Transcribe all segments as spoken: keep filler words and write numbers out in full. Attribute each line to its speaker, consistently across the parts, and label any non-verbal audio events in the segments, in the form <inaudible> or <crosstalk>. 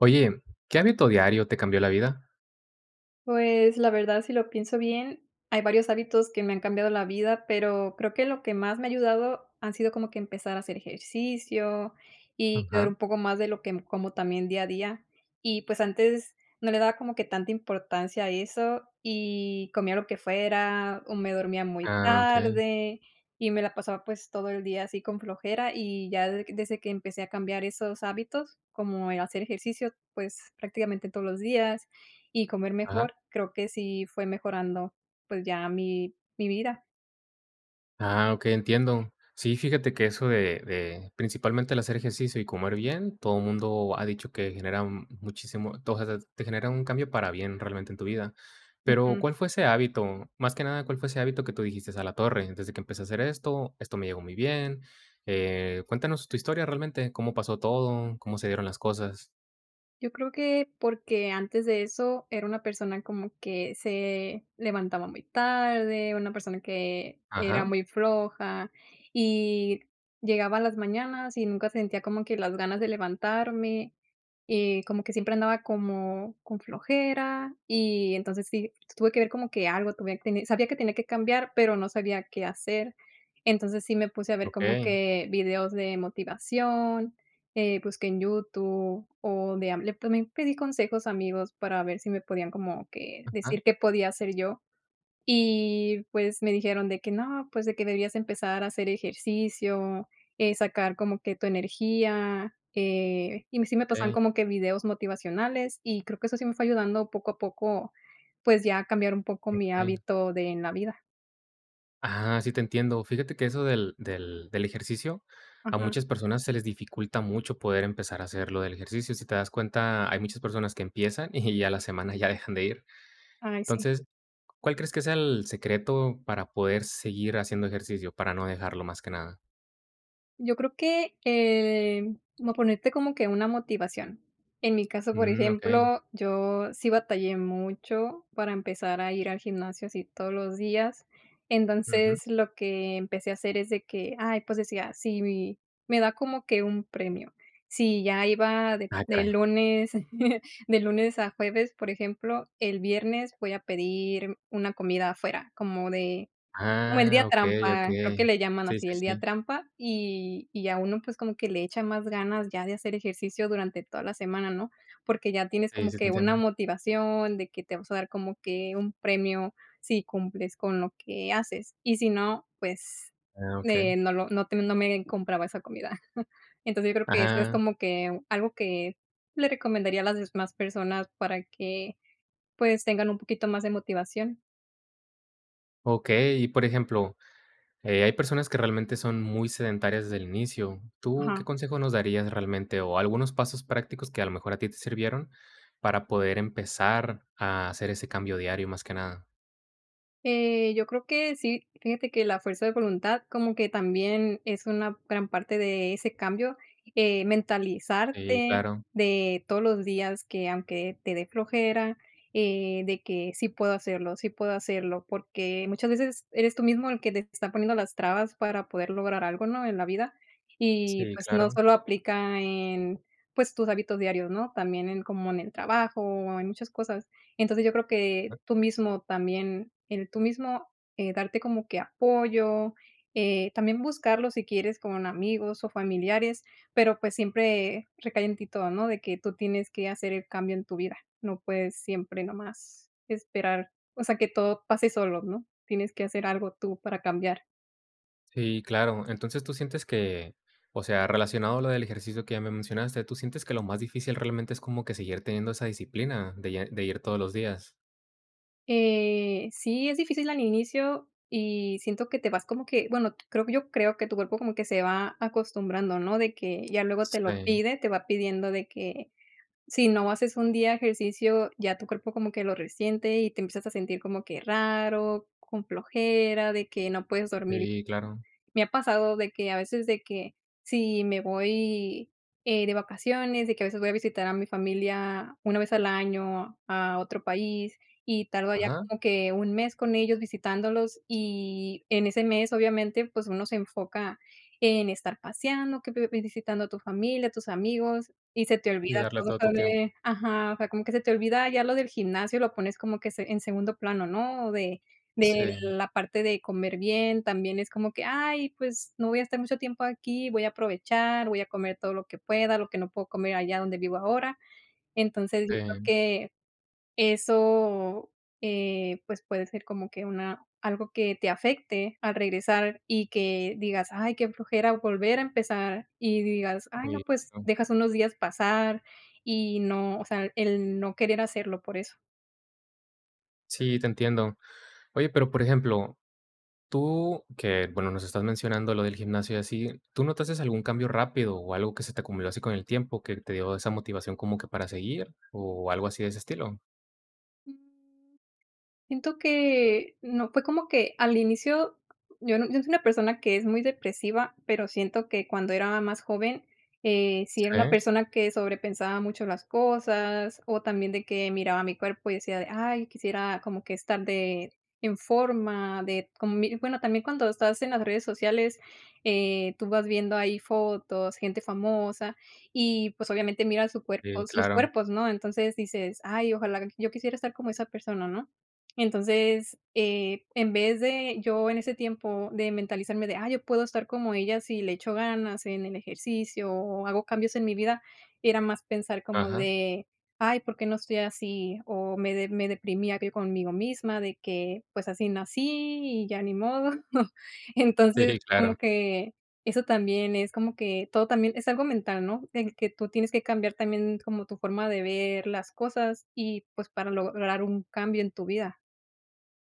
Speaker 1: Oye, ¿qué hábito diario te cambió la vida?
Speaker 2: Pues, la verdad, si lo pienso bien, hay varios hábitos que me han cambiado la vida, pero creo que lo que más me ha ayudado han sido como que empezar a hacer ejercicio y cuidar
Speaker 1: Ajá.
Speaker 2: un poco más de lo que como también día a día. Y, pues, antes no le daba como que tanta importancia a eso y comía lo que fuera, o me dormía muy
Speaker 1: Ah, okey.
Speaker 2: tarde y me la pasaba, pues, todo el día así con flojera, y ya de desde que empecé a cambiar esos hábitos, como el hacer ejercicio, pues, prácticamente todos los días, y comer
Speaker 1: Ajá.
Speaker 2: mejor, creo que sí fue mejorando, pues, ya mi mi vida.
Speaker 1: Ah, okey, entiendo. Sí, fíjate que eso de de principalmente el hacer ejercicio y comer bien, todo el mundo ha dicho que genera un- muchísimo to o sea, te genera un cambio para bien realmente en tu vida. Pero,
Speaker 2: Ujú.
Speaker 1: ¿cuál fue ese hábito? Más que nada, ¿cuál fue ese hábito que tú dijiste: "A la torre, desde que empecé a hacer esto, esto me llegó muy bien"? Eh, cuéntanos tu historia realmente, ¿cómo pasó todo? ¿Cómo se dieron las cosas?
Speaker 2: Yo creo que porque antes de eso era una persona como que se levantaba muy tarde, una persona que era
Speaker 1: Ajá,
Speaker 2: muy floja y llegaba a las mañanas y nunca sentía como que las ganas de levantarme, y como que siempre andaba como con flojera y entonces sí, tuve que ver como que algo, tuve que tener- sabía que tenía que cambiar, pero no sabía qué hacer. Entonces sí me puse a ver como
Speaker 1: okey.
Speaker 2: que videos de motivación. Eh, busqué en YouTube o de Am le también pedí consejos a amigos para ver si me podían como que
Speaker 1: Ajá,
Speaker 2: decir qué podía hacer yo. Y, pues, me dijeron de que no, pues, de que debías empezar a hacer ejercicio, eh, sacar como que tu energía, eh, y sí me pasan
Speaker 1: okey,
Speaker 2: como que videos motivacionales, y creo que eso sí me fue ayudando poco a poco, pues, ya a cambiar un poco mi
Speaker 1: okey.
Speaker 2: hábito de en la vida.
Speaker 1: Ah, sí te entiendo. Fíjate que eso del del del ejercicio, a
Speaker 2: Ajá.
Speaker 1: muchas personas se les dificulta mucho poder empezar a hacer lo del ejercicio. Si te das cuenta, hay muchas personas que empiezan <laughs> y a la semana ya dejan de ir.
Speaker 2: Ay, sí.
Speaker 1: Entonces, ¿cuál crees que sea el secreto para poder seguir haciendo ejercicio, para no dejarlo más que nada?
Speaker 2: Yo creo que, eh, como ponerte como que una motivación. En mi caso, por
Speaker 1: Mm, okey.
Speaker 2: ejemplo, yo sí batallé mucho para empezar a ir al gimnasio así todos los días.
Speaker 1: Ujú.
Speaker 2: Entonces, lo que empecé a hacer es de que, ay, pues decía, si mi me da como que un premio. Si ya iba de
Speaker 1: Ah,
Speaker 2: de
Speaker 1: caray.
Speaker 2: lunes <laughs> de lunes a jueves, por ejemplo, el viernes voy a pedir una comida afuera, como de como el
Speaker 1: Ah,
Speaker 2: día
Speaker 1: okey,
Speaker 2: trampa, creo que
Speaker 1: okey.
Speaker 2: le llaman
Speaker 1: Sí,
Speaker 2: así,
Speaker 1: sí,
Speaker 2: el día
Speaker 1: sí.
Speaker 2: trampa, y y a uno, pues, como que le echa más ganas ya de hacer ejercicio durante toda la semana, ¿no? Porque ya tienes
Speaker 1: Sí,
Speaker 2: como
Speaker 1: sí te
Speaker 2: que una
Speaker 1: entiendo.
Speaker 2: motivación de que te vas a dar como que un premio si cumples con lo que haces, y si no, pues,
Speaker 1: Ah,
Speaker 2: eh,
Speaker 1: okey.
Speaker 2: no lo no te no me compraba esa comida. <laughs> Entonces, yo creo que eso es
Speaker 1: Ajá.
Speaker 2: como que algo que le recomendaría a las demás personas para que, pues, tengan un poquito más de motivación.
Speaker 1: Okey, y por ejemplo, Eh, hay personas que realmente son muy sedentarias desde el inicio. ¿Tú qué
Speaker 2: Ajá.
Speaker 1: consejo nos darías realmente o algunos pasos prácticos que a lo mejor a ti te sirvieron para poder empezar a hacer ese cambio diario más que nada?
Speaker 2: Eh, yo creo que sí, fíjate que la fuerza de voluntad como que también es una gran parte de ese cambio, eh,
Speaker 1: Sí,
Speaker 2: mentalizarte
Speaker 1: claro.
Speaker 2: de todos los días que aunque te dé flojera, eh, de que sí puedo hacerlo, sí puedo hacerlo, porque muchas veces eres tú mismo el que te está poniendo las trabas para poder lograr algo, ¿no? En la vida. Y
Speaker 1: Sí,
Speaker 2: pues no
Speaker 1: claro.
Speaker 2: solo aplica en pues tus hábitos diarios, ¿no? También en como en el trabajo en muchas cosas. Entonces, yo creo
Speaker 1: Ah,
Speaker 2: que tú mismo también, el tú mismo, eh, darte como que apoyo, eh, también buscarlo si quieres con amigos o familiares, pero pues siempre recae en ti todo, ¿no? De que tú tienes que hacer el cambio en tu vida, no puedes siempre nomás esperar, o sea, que todo pase solo, ¿no? Tienes que hacer algo tú para cambiar.
Speaker 1: sí, claro. Entonces tú sientes que, o sea, relacionado a lo del ejercicio que ya me mencionaste, ¿tú sientes que lo más difícil realmente es como que seguir teniendo esa disciplina de, ya- de ir todos los días?
Speaker 2: Eh, sí, es difícil al inicio y siento que te vas como que, bueno, creo que yo creo que tu cuerpo como que se va acostumbrando, ¿no? De que ya luego te lo
Speaker 1: Sí,
Speaker 2: pide, te va pidiendo de que si no haces un día ejercicio, ya tu cuerpo como que lo resiente y te empiezas a sentir como que raro, con flojera, de que no puedes dormir.
Speaker 1: sí, claro.
Speaker 2: Me ha pasado de que a veces de que si me voy, eh, de vacaciones, de que a veces voy a visitar a mi familia una vez al año a otro país y tardo allá
Speaker 1: Ajá.
Speaker 2: como que un mes con ellos visitándolos y en ese mes, obviamente, pues uno se enfoca en estar paseando, que vi visitando a tu familia, a tus amigos y se te
Speaker 1: Y
Speaker 2: olvida
Speaker 1: darle
Speaker 2: todo
Speaker 1: todo tu
Speaker 2: eso
Speaker 1: tiempo.
Speaker 2: de ajá, o sea, como que se te olvida ya lo del gimnasio, lo pones como que se en segundo plano, ¿no? O De de
Speaker 1: Sí,
Speaker 2: la parte de comer bien, también es como que: "Ay, pues, no voy a estar mucho tiempo aquí, voy a aprovechar, voy a comer todo lo que pueda, lo que no puedo comer allá donde vivo ahora". Entonces, yo creo
Speaker 1: sí,
Speaker 2: que eso, eh, pues, puede ser como que una algo que te afecte al regresar y que digas: "Ay, qué flojera volver a empezar", y digas: "Ay, no,
Speaker 1: sí.
Speaker 2: pues, dejas unos días pasar", y no, o sea, el no querer hacerlo por eso.
Speaker 1: Sí, te entiendo. Oye, pero por ejemplo, tú que, bueno, nos estás mencionando lo del gimnasio y así, ¿tú notaste algún cambio rápido o algo que se te acumuló así con el tiempo que te dio esa motivación como que para seguir o algo así de ese estilo?
Speaker 2: Siento que no, fue como que al inicio, yo no yo soy una persona que es muy depresiva, pero siento que cuando era más joven, eh, sí era una
Speaker 1: Sí,
Speaker 2: persona que sobrepensaba mucho las cosas, o también de que miraba mi cuerpo y decía de: "Ay, quisiera como que estar de en forma", de como mi bueno, también cuando estás en las redes sociales, eh, tú vas viendo ahí fotos, gente famosa y, pues, obviamente mira su
Speaker 1: sí,
Speaker 2: cuerpo sus
Speaker 1: claro.
Speaker 2: cuerpos, ¿no? Entonces dices: "Ay, ojalá yo quisiera estar como esa persona", ¿no? Entonces, eh, en vez de yo en ese tiempo de mentalizarme de, ah, yo puedo estar como ella si le echo ganas en el ejercicio o hago cambios en mi vida, era más pensar como
Speaker 1: Ajá.
Speaker 2: de, ay, ¿por qué no estoy así? O me, de- me deprimía que conmigo misma de que pues así nací y ya ni modo. <laughs> Entonces,
Speaker 1: Sí, claro.
Speaker 2: como que eso también es como que todo también es algo mental, ¿no? El que tú tienes que cambiar también como tu forma de ver las cosas y pues para lograr un cambio en tu vida.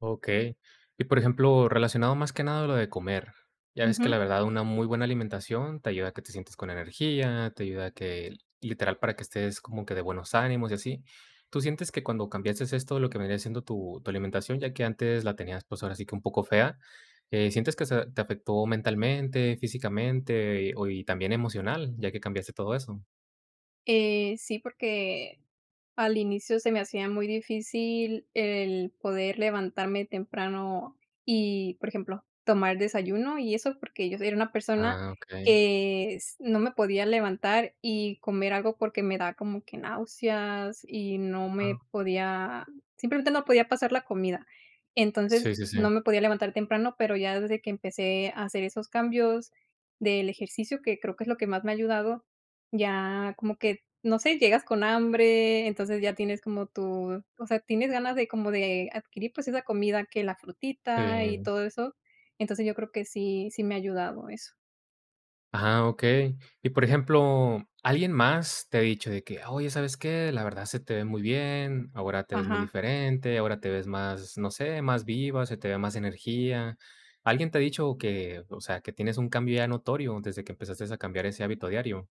Speaker 1: Okey. Y, por ejemplo, relacionado más que nada a lo de comer, ya ves que
Speaker 2: Ujú.
Speaker 1: la verdad una muy buena alimentación te ayuda a que te sientes con energía, te ayuda a que, literal, para que estés como que de buenos ánimos y así. ¿Tú sientes que cuando cambiaste esto, lo que vendría siendo tu tu alimentación, ya que antes la tenías, pues, ahora sí que un poco fea, eh, sientes que se te afectó mentalmente, físicamente, y, o y también emocional, ya que cambiaste todo eso?
Speaker 2: Eh, sí, porque al inicio se me hacía muy difícil el poder levantarme temprano y, por ejemplo, tomar desayuno y eso porque yo era una persona
Speaker 1: Ah, okey.
Speaker 2: que s- no me podía levantar y comer algo porque me da como que náuseas y no
Speaker 1: Ah,
Speaker 2: me podía, simplemente no podía pasar la comida. Entonces
Speaker 1: sí, sí, sí.
Speaker 2: no me podía levantar temprano, pero ya desde que empecé a hacer esos cambios del ejercicio, que creo que es lo que más me ha ayudado, ya como que no sé, llegas con hambre, entonces ya tienes como tu o sea, tienes ganas de como de adquirir, pues, esa comida que la frutita y
Speaker 1: Sí.
Speaker 2: todo eso. Entonces, yo creo que sí sí me ha ayudado eso.
Speaker 1: Ah, okey. Y, por ejemplo, ¿alguien más te ha dicho de que: "Oye, ¿sabes qué? La verdad se te ve muy bien, ahora te ves muy
Speaker 2: Ajá.
Speaker 1: diferente, ahora te ves más, no sé, más viva, se te ve más energía". ¿Alguien te ha dicho que, o sea, que tienes un cambio ya notorio desde que empezaste a cambiar ese hábito diario?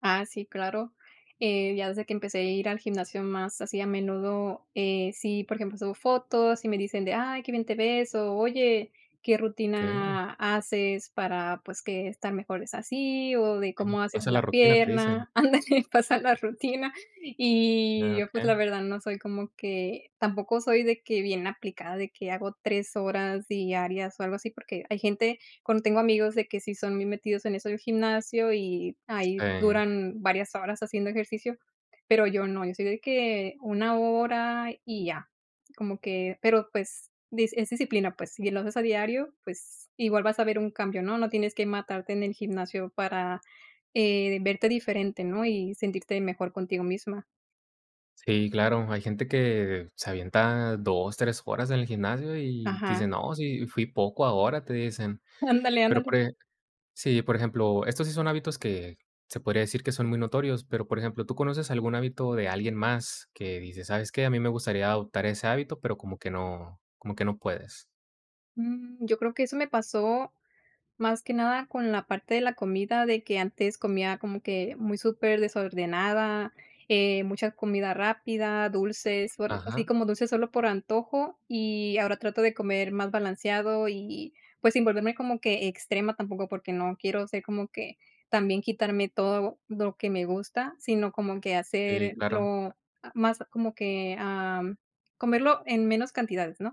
Speaker 2: Ah, sí, claro. Eh, ya desde que empecé a ir al gimnasio más así a menudo, eh, sí, por ejemplo, subo fotos y me dicen de, ay, qué bien te ves, o oye, qué
Speaker 1: Okey,
Speaker 2: rutina haces para pues que estar mejor es así, o de
Speaker 1: okey.
Speaker 2: cómo haces
Speaker 1: Pasa la
Speaker 2: la
Speaker 1: rutina, te dicen.
Speaker 2: pierna, <laughs> ándale, pasa la rutina. Y
Speaker 1: Ah,
Speaker 2: yo pues la
Speaker 1: okey.
Speaker 2: verdad no soy como que, tampoco soy de que bien aplicada, de que hago tres horas diarias o algo así, porque hay gente cuando tengo amigos de que sí son muy metidos en eso del gimnasio y ahí
Speaker 1: Sí.
Speaker 2: duran varias horas haciendo ejercicio, pero yo no, yo soy de que una hora y ya, como que pero, pues, dis es disciplina, pues, si lo haces a diario, pues, igual vas a ver un cambio, ¿no? No tienes que matarte en el gimnasio para, eh, verte diferente, ¿no? Y sentirte mejor contigo misma.
Speaker 1: Sí, claro. Hay gente que se avienta dos, tres horas en el gimnasio y
Speaker 2: Ajá.
Speaker 1: dice: "No, sí, fui poco ahora", te dicen.
Speaker 2: <laughs> Ándale,
Speaker 1: Pero,
Speaker 2: ándale.
Speaker 1: por Sí, por ejemplo, estos sí son hábitos que se podría decir que son muy notorios, pero, por ejemplo, ¿tú conoces algún hábito de alguien más que dice, "¿Sabes qué? A mí me gustaría adoptar ese hábito", pero como que no como que no puedes?
Speaker 2: Mm, yo creo que eso me pasó más que nada con la parte de la comida, de que antes comía como que muy súper desordenada, eh, mucha comida rápida, dulces, por así
Speaker 1: Ajá,
Speaker 2: como dulces solo por antojo, y ahora trato de comer más balanceado y, pues, sin volverme como que extrema tampoco, porque no quiero ser como que también quitarme todo lo que me gusta, sino como que
Speaker 1: sí, claro.
Speaker 2: hacerlo más como que, am, comerlo en menos cantidades, ¿no?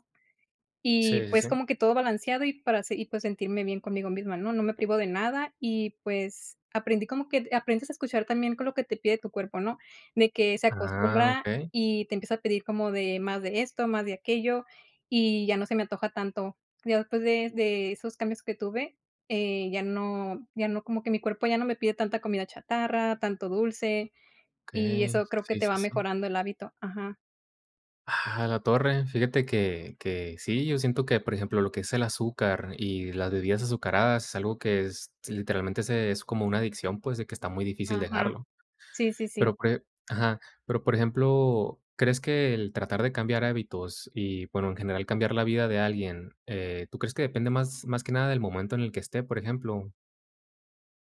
Speaker 2: Y,
Speaker 1: Sí, sí,
Speaker 2: pues, como
Speaker 1: sí.
Speaker 2: que todo balanceado y para se y, pues, sentirme bien conmigo misma, ¿no? No me privo de nada y, pues, aprendí como que aprendes a escuchar también con lo que te pide tu cuerpo, ¿no? De que se
Speaker 1: Ah,
Speaker 2: acostumbra
Speaker 1: okey,
Speaker 2: y te empieza a pedir como de más de esto, más de aquello, y ya no se me antoja tanto. Ya después de de esos cambios que tuve, eh, ya no ya no como que mi cuerpo ya no me pide tanta comida chatarra, tanto dulce, y
Speaker 1: okey.
Speaker 2: eso creo que
Speaker 1: Sí,
Speaker 2: te
Speaker 1: sí,
Speaker 2: va
Speaker 1: sí.
Speaker 2: mejorando el hábito. Ajá,
Speaker 1: Ah, la torre. Fíjate que que sí, yo siento que, por ejemplo, lo que es el azúcar y las bebidas azucaradas es algo que es literalmente se es como una adicción, pues, de que está muy difícil
Speaker 2: ajá.
Speaker 1: dejarlo.
Speaker 2: Sí, sí, sí.
Speaker 1: Pero por e ajá, pero por ejemplo, ¿crees que el tratar de cambiar hábitos y, bueno, en general cambiar la vida de alguien, eh, tú crees que depende más más que nada del momento en el que esté, por ejemplo?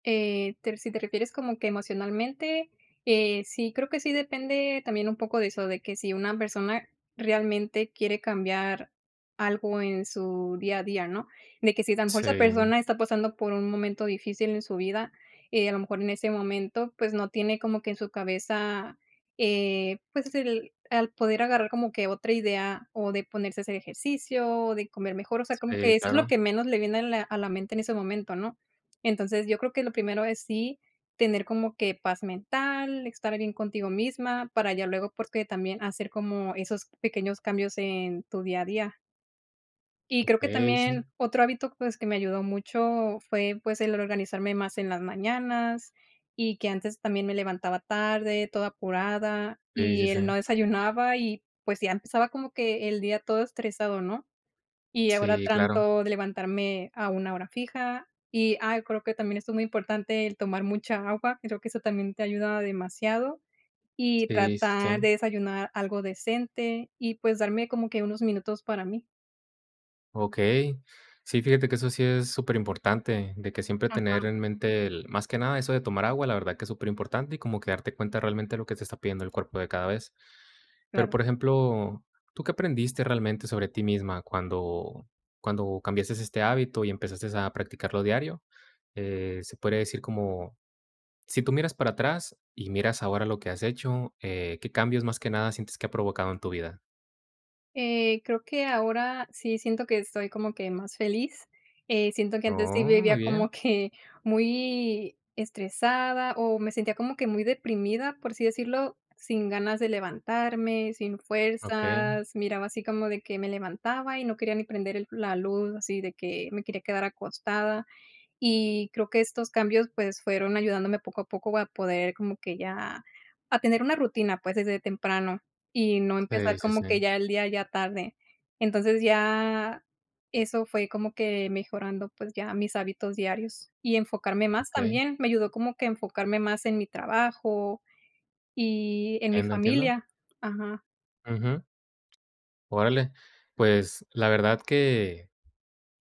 Speaker 2: Eh, te si te refieres como que emocionalmente, eh, sí, creo que sí depende también un poco de eso, de que si una persona realmente quiere cambiar algo en su día a día, ¿no? De que si a lo mejor esa
Speaker 1: Sí,
Speaker 2: persona está pasando por un momento difícil en su vida, eh, a lo mejor en ese momento, pues, no tiene como que en su cabeza, eh, pues, el al poder agarrar como que otra idea, o de ponerse a hacer ejercicio, o de comer mejor, o sea, como
Speaker 1: sí,
Speaker 2: que eso es lo
Speaker 1: claro.
Speaker 2: que menos le viene a la a la mente en ese momento, ¿no? Entonces, yo creo que lo primero es sí tener como que paz mental, estar bien contigo misma, para ya luego, porque también hacer como esos pequeños cambios en tu día a día. Y creo que
Speaker 1: Okey, sí.
Speaker 2: también otro hábito, pues, que me ayudó mucho fue, pues, el organizarme más en las mañanas y que antes también me levantaba tarde, toda apurada,
Speaker 1: Sí, sí,
Speaker 2: y el no
Speaker 1: sí.
Speaker 2: desayunaba y, pues, ya empezaba como que el día todo estresado, ¿no? Y ahora
Speaker 1: Sí, claro.
Speaker 2: trato de levantarme a una hora fija y, ah, creo que también esto es muy importante, el tomar mucha agua, creo que eso también te ayuda demasiado, y
Speaker 1: Sí, sí,
Speaker 2: tratar
Speaker 1: sí.
Speaker 2: de desayunar algo decente y, pues, darme como que unos minutos para mí.
Speaker 1: Okey. Sí, fíjate que eso sí es súper importante, de que siempre tener
Speaker 2: Ajá,
Speaker 1: en mente el más que nada eso de tomar agua, la verdad que es súper importante y como que darte cuenta realmente de lo que te está pidiendo el cuerpo de cada vez. Pero,
Speaker 2: claro.
Speaker 1: por ejemplo, ¿tú qué aprendiste realmente sobre ti misma cuando cuando cambiaste este hábito y empezaste a practicarlo diario? Eh, se puede decir como, si tú miras para atrás y miras ahora lo que has hecho, eh, ¿qué cambios más que nada sientes que ha provocado en tu vida?
Speaker 2: Eh, creo que ahora sí siento que estoy como que más feliz. Eh, siento que antes sí
Speaker 1: Oh,
Speaker 2: vivía
Speaker 1: muy bien.
Speaker 2: como que muy estresada o me sentía como que muy deprimida, por así decirlo, sin ganas de levantarme, sin
Speaker 1: Okey.
Speaker 2: fuerzas. Miraba así como de que me levantaba y no quería ni prender el- la luz, así de que me quería quedar acostada. Y creo que estos cambios, pues, fueron ayudándome poco a poco a poder como que ya a tener una rutina, pues, desde temprano y no
Speaker 1: Sí,
Speaker 2: empezar
Speaker 1: sí,
Speaker 2: como
Speaker 1: sí.
Speaker 2: que ya el día ya tarde. Entonces, ya eso fue como que mejorando, pues, ya mis hábitos diarios y enfocarme más
Speaker 1: Okey.
Speaker 2: también, me ayudó como que enfocarme más en mi trabajo y en mi
Speaker 1: Entiendo, entiendo.
Speaker 2: familia. Ajá,
Speaker 1: Ujú. Órale. Pues, la verdad que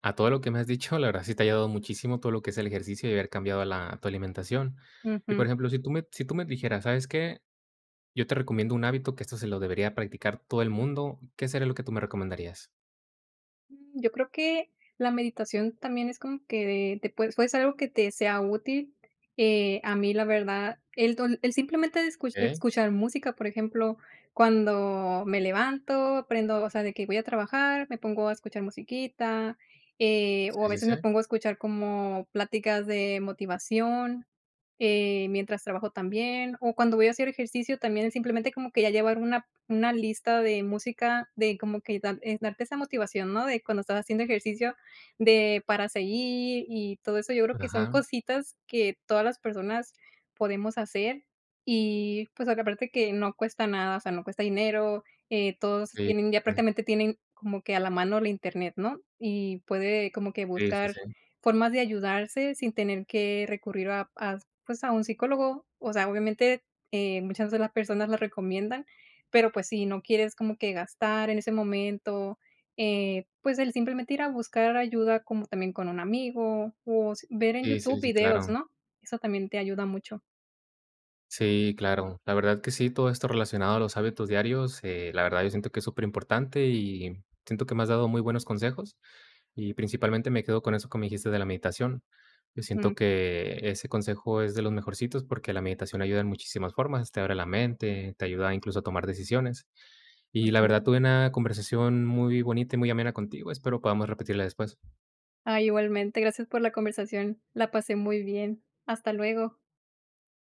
Speaker 1: A todo lo que me has dicho, la verdad sí te ha ayudado muchísimo todo lo que es el ejercicio y haber cambiado la tu alimentación. Y,
Speaker 2: ujú.
Speaker 1: por ejemplo, si tú me si tú me dijeras: "¿Sabes qué? Yo te recomiendo un hábito que esto se lo debería practicar todo el mundo", ¿qué sería lo que tú me recomendarías?
Speaker 2: Mm, yo creo que la meditación también es como que te puede puede ser algo que te sea útil. Eh, a mí, la verdad, el dol el simplemente de escu
Speaker 1: Okey.
Speaker 2: escuchar música, por ejemplo, cuando me levanto, aprendo, o sea, de que voy a trabajar, me pongo a escuchar musiquita, eh, o a
Speaker 1: Sí, sí,
Speaker 2: veces
Speaker 1: sí.
Speaker 2: me pongo a escuchar como pláticas de motivación, eh, mientras trabajo también, o cuando voy a hacer ejercicio también, simplemente como que ya llevar una una lista de música, de como que da eh, darte esa motivación, ¿no? De cuando estás haciendo ejercicio, de para seguir y todo eso. Yo creo que son
Speaker 1: Ajá.
Speaker 2: cositas que todas las personas podemos hacer y, pues, aparte que no cuesta nada, o sea, no cuesta dinero, eh, todos
Speaker 1: Sí,
Speaker 2: tienen ya
Speaker 1: mm.
Speaker 2: prácticamente tienen como que a la mano la Internet, ¿no? Y puede como que
Speaker 1: Sí, sí,
Speaker 2: buscar
Speaker 1: sí.
Speaker 2: formas de ayudarse sin tener que recurrir a a pues, a un psicólogo, o sea, obviamente, eh, muchas de las personas la recomiendan, pero, pues, si no quieres como que gastar en ese momento, eh, pues, el simplemente ir a buscar ayuda como también con un amigo o s ver en
Speaker 1: Sí,
Speaker 2: YouTube
Speaker 1: sí, sí,
Speaker 2: videos,
Speaker 1: claro.
Speaker 2: ¿no? Eso también te ayuda mucho.
Speaker 1: Sí, claro. La verdad que sí, todo esto relacionado a los hábitos diarios, eh, la verdad yo siento que es súper importante y siento que me has dado muy buenos consejos y principalmente me quedo con eso que me dijiste de la meditación. Yo siento
Speaker 2: Ujú,
Speaker 1: que ese consejo es de los mejorcitos porque la meditación ayuda en muchísimas formas, te abre la mente, te ayuda incluso a tomar decisiones. Y la
Speaker 2: ujú.
Speaker 1: verdad tuve una conversación muy bonita y muy amena contigo. Espero podamos repetirla después.
Speaker 2: Ah, igualmente, gracias por la conversación. La pasé muy bien. Hasta luego.